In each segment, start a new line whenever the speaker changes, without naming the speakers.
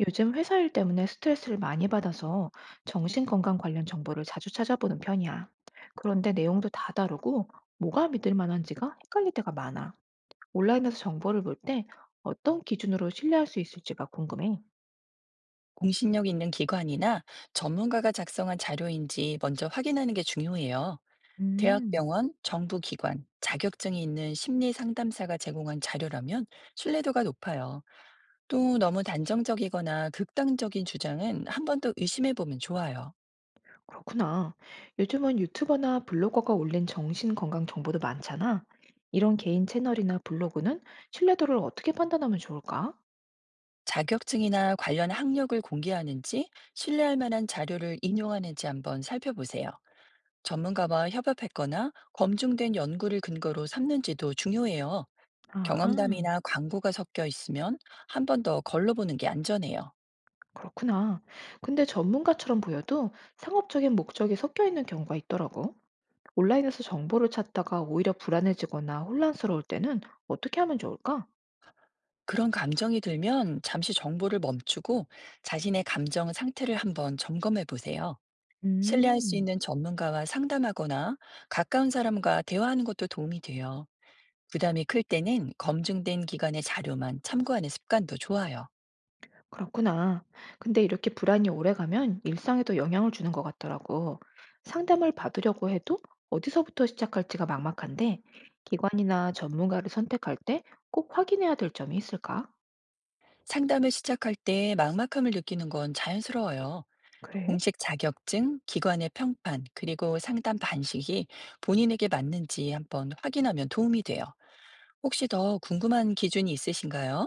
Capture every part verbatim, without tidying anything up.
요즘 회사 일 때문에 스트레스를 많이 받아서 정신건강 관련 정보를 자주 찾아보는 편이야. 그런데 내용도 다 다르고 뭐가 믿을 만한지가 헷갈릴 때가 많아. 온라인에서 정보를 볼 때 어떤 기준으로 신뢰할 수 있을지가 궁금해.
공신력 있는 기관이나 전문가가 작성한 자료인지 먼저 확인하는 게 중요해요.
음,
대학병원, 정부기관, 자격증이 있는 심리 상담사가 제공한 자료라면 신뢰도가 높아요. 또 너무 단정적이거나 극단적인 주장은 한 번 더 의심해 보면 좋아요.
그렇구나. 요즘은 유튜버나 블로거가 올린 정신건강 정보도 많잖아. 이런 개인 채널이나 블로그는 신뢰도를 어떻게 판단하면 좋을까?
자격증이나 관련 학력을 공개하는지 신뢰할 만한 자료를 인용하는지 한번 살펴보세요. 전문가와 협업했거나 검증된 연구를 근거로 삼는지도 중요해요.
아하.
경험담이나 광고가 섞여 있으면 한 번 더 걸러보는 게 안전해요.
그렇구나. 근데 전문가처럼 보여도 상업적인 목적이 섞여 있는 경우가 있더라고. 온라인에서 정보를 찾다가 오히려 불안해지거나 혼란스러울 때는 어떻게 하면 좋을까?
그런 감정이 들면 잠시 정보를 멈추고 자신의 감정 상태를 한번 점검해 보세요. 신뢰할 수
음,
있는 전문가와 상담하거나 가까운 사람과 대화하는 것도 도움이 돼요. 부담이 클 때는 검증된 기관의 자료만 참고하는 습관도 좋아요.
그렇구나. 근데 이렇게 불안이 오래가면 일상에도 영향을 주는 것 같더라고. 상담을 받으려고 해도 어디서부터 시작할지가 막막한데, 기관이나 전문가를 선택할 때 꼭 확인해야 될 점이 있을까?
상담을 시작할 때 막막함을 느끼는 건 자연스러워요.
그래?
공식 자격증, 기관의 평판, 그리고 상담 방식이 본인에게 맞는지 한번 확인하면 도움이 돼요. 혹시 더 궁금한 기준이 있으신가요?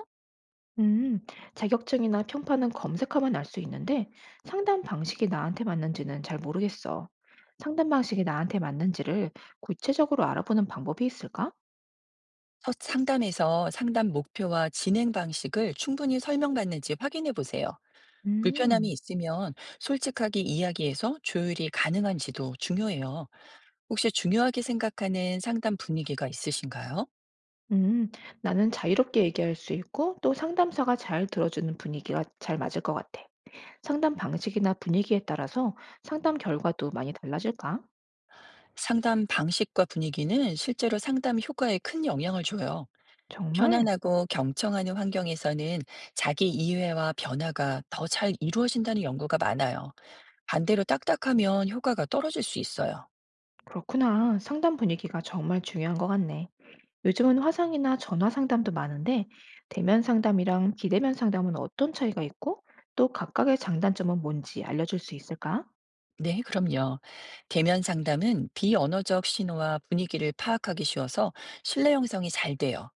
음, 자격증이나 평판은 검색하면 알 수 있는데 상담 방식이 나한테 맞는지는 잘 모르겠어. 상담 방식이 나한테 맞는지를 구체적으로 알아보는 방법이 있을까?
첫 상담에서 상담 목표와 진행 방식을 충분히 설명받는지 확인해 보세요. 불편함이
음,
있으면 솔직하게 이야기해서 조율이 가능한지도 중요해요. 혹시 중요하게 생각하는 상담 분위기가 있으신가요?
음, 나는 자유롭게 얘기할 수 있고 또 상담사가 잘 들어주는 분위기가 잘 맞을 것 같아. 상담 방식이나 분위기에 따라서 상담 결과도 많이 달라질까?
상담 방식과 분위기는 실제로 상담 효과에 큰 영향을 줘요.
정말?
편안하고 경청하는 환경에서는 자기 이해와 변화가 더 잘 이루어진다는 연구가 많아요. 반대로 딱딱하면 효과가 떨어질 수 있어요.
그렇구나. 상담 분위기가 정말 중요한 것 같네. 요즘은 화상이나 전화 상담도 많은데 대면 상담이랑 비대면 상담은 어떤 차이가 있고 또 각각의 장단점은 뭔지 알려줄 수 있을까?
네, 그럼요. 대면 상담은 비언어적 신호와 분위기를 파악하기 쉬워서 신뢰 형성이 잘 돼요.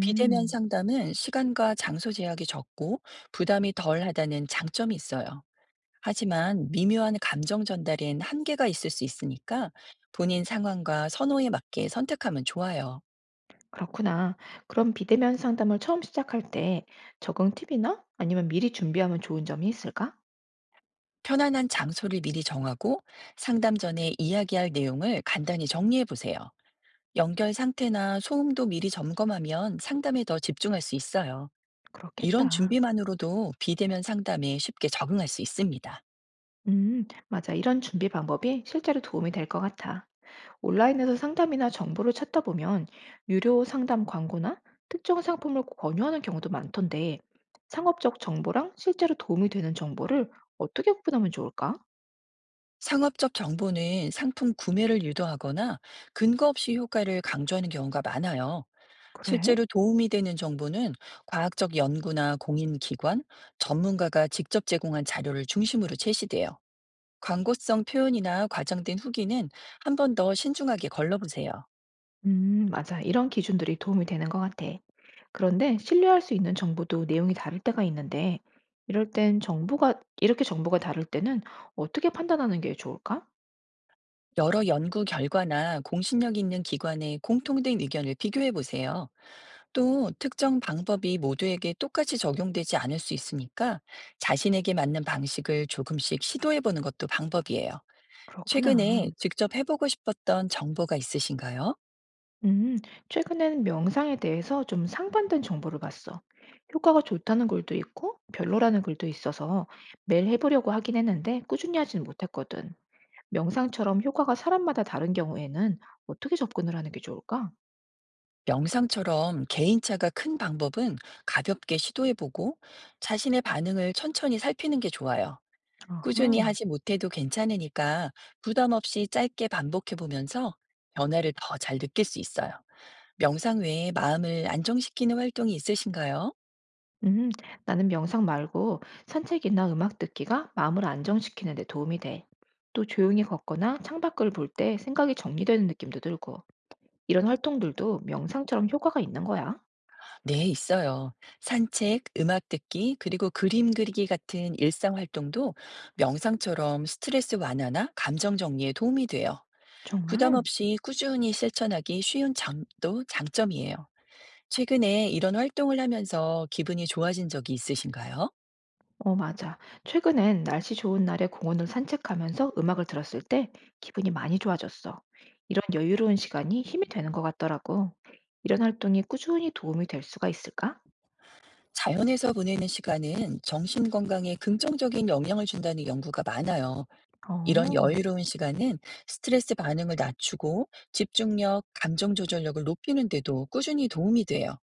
비대면 상담은 시간과 장소 제약이 적고 부담이 덜 하다는 장점이 있어요. 하지만 미묘한 감정 전달엔 한계가 있을 수 있으니까 본인 상황과 선호에 맞게 선택하면 좋아요.
그렇구나. 그럼 비대면 상담을 처음 시작할 때 적응 팁이나 아니면 미리 준비하면 좋은 점이 있을까?
편안한 장소를 미리 정하고 상담 전에 이야기할 내용을 간단히 정리해 보세요. 연결 상태나 소음도 미리 점검하면 상담에 더 집중할 수 있어요. 이런
그렇겠다.
준비만으로도 비대면 상담에 쉽게 적응할 수 있습니다.
음, 맞아. 이런 준비 방법이 실제로 도움이 될 것 같아. 온라인에서 상담이나 정보를 찾다 보면 유료 상담 광고나 특정 상품을 권유하는 경우도 많던데 상업적 정보랑 실제로 도움이 되는 정보를 어떻게 구분하면 좋을까?
상업적 정보는 상품 구매를 유도하거나 근거 없이 효과를 강조하는 경우가 많아요.
그래?
실제로 도움이 되는 정보는 과학적 연구나 공인기관, 전문가가 직접 제공한 자료를 중심으로 제시돼요. 광고성 표현이나 과장된 후기는 한 번 더 신중하게 걸러보세요.
음, 맞아. 이런 기준들이 도움이 되는 것 같아. 그런데 신뢰할 수 있는 정보도 내용이 다를 때가 있는데 이럴 땐 정보가, 이렇게 정보가 다를 때는 어떻게 판단하는 게 좋을까?
여러 연구 결과나 공신력 있는 기관의 공통된 의견을 비교해 보세요. 또 특정 방법이 모두에게 똑같이 적용되지 않을 수 있으니까 자신에게 맞는 방식을 조금씩 시도해 보는 것도 방법이에요.
그렇구나.
최근에 직접 해보고 싶었던 정보가 있으신가요?
음, 최근엔 명상에 대해서 좀 상반된 정보를 봤어. 효과가 좋다는 글도 있고 별로라는 글도 있어서 매일 해보려고 하긴 했는데 꾸준히 하진 못했거든. 명상처럼 효과가 사람마다 다른 경우에는 어떻게 접근을 하는 게 좋을까?
명상처럼 개인차가 큰 방법은 가볍게 시도해보고 자신의 반응을 천천히 살피는 게 좋아요. 꾸준히
아하.
하지 못해도 괜찮으니까 부담 없이 짧게 반복해보면서 변화를 더 잘 느낄 수 있어요. 명상 외에 마음을 안정시키는 활동이 있으신가요?
음, 나는 명상 말고 산책이나 음악 듣기가 마음을 안정시키는 데 도움이 돼. 또 조용히 걷거나 창밖을 볼 때 생각이 정리되는 느낌도 들고 이런 활동들도 명상처럼 효과가 있는 거야.
네, 있어요. 산책, 음악 듣기, 그리고 그림 그리기 같은 일상 활동도 명상처럼 스트레스 완화나 감정 정리에 도움이 돼요. 부담
정말?
없이 꾸준히 실천하기 쉬운 점도 장점이에요. 최근에 이런 활동을 하면서 기분이 좋아진 적이 있으신가요?
어, 맞아. 최근엔 날씨 좋은 날에 공원을 산책하면서 음악을 들었을 때 기분이 많이 좋아졌어. 이런 여유로운 시간이 힘이 되는 것 같더라고. 이런 활동이 꾸준히 도움이 될 수가 있을까?
자연에서 보내는 시간은 정신 건강에 긍정적인 영향을 준다는 연구가 많아요. 이런
어,
여유로운 시간은 스트레스 반응을 낮추고 집중력, 감정 조절력을 높이는 데도 꾸준히 도움이 돼요.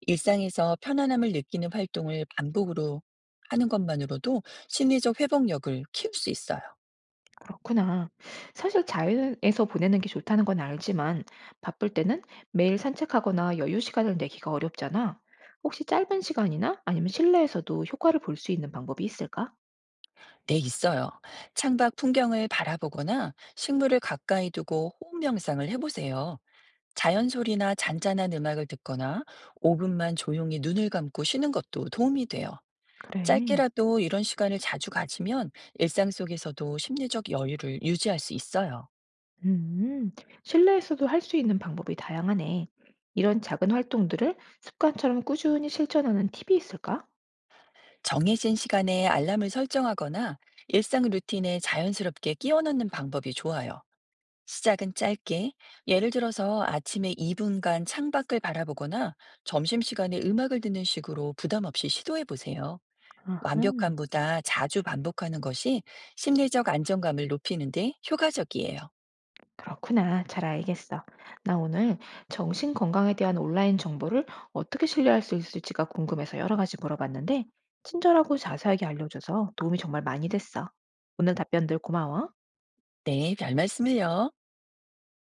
일상에서 편안함을 느끼는 활동을 반복으로 하는 것만으로도 심리적 회복력을 키울 수 있어요.
그렇구나. 사실 자연에서 보내는 게 좋다는 건 알지만 바쁠 때는 매일 산책하거나 여유 시간을 내기가 어렵잖아. 혹시 짧은 시간이나 아니면 실내에서도 효과를 볼 수 있는 방법이 있을까?
네, 있어요. 창밖 풍경을 바라보거나 식물을 가까이 두고 호흡 명상을 해보세요. 자연 소리나 잔잔한 음악을 듣거나 오 분만 조용히 눈을 감고 쉬는 것도 도움이 돼요.
그래.
짧게라도 이런 시간을 자주 가지면 일상 속에서도 심리적 여유를 유지할 수 있어요.
음, 실내에서도 할 수 있는 방법이 다양하네. 이런 작은 활동들을 습관처럼 꾸준히 실천하는 팁이 있을까?
정해진 시간에 알람을 설정하거나 일상 루틴에 자연스럽게 끼워 넣는 방법이 좋아요. 시작은 짧게, 예를 들어서 아침에 이 분간 창밖을 바라보거나 점심시간에 음악을 듣는 식으로 부담 없이 시도해 보세요.
아하.
완벽함보다 자주 반복하는 것이 심리적 안정감을 높이는데 효과적이에요.
그렇구나. 잘 알겠어. 나 오늘 정신 건강에 대한 온라인 정보를 어떻게 신뢰할 수 있을지가 궁금해서 여러 가지 물어봤는데, 친절하고 자세하게 알려줘서 도움이 정말 많이 됐어. 오늘 답변들 고마워.
네, 별 말씀을요.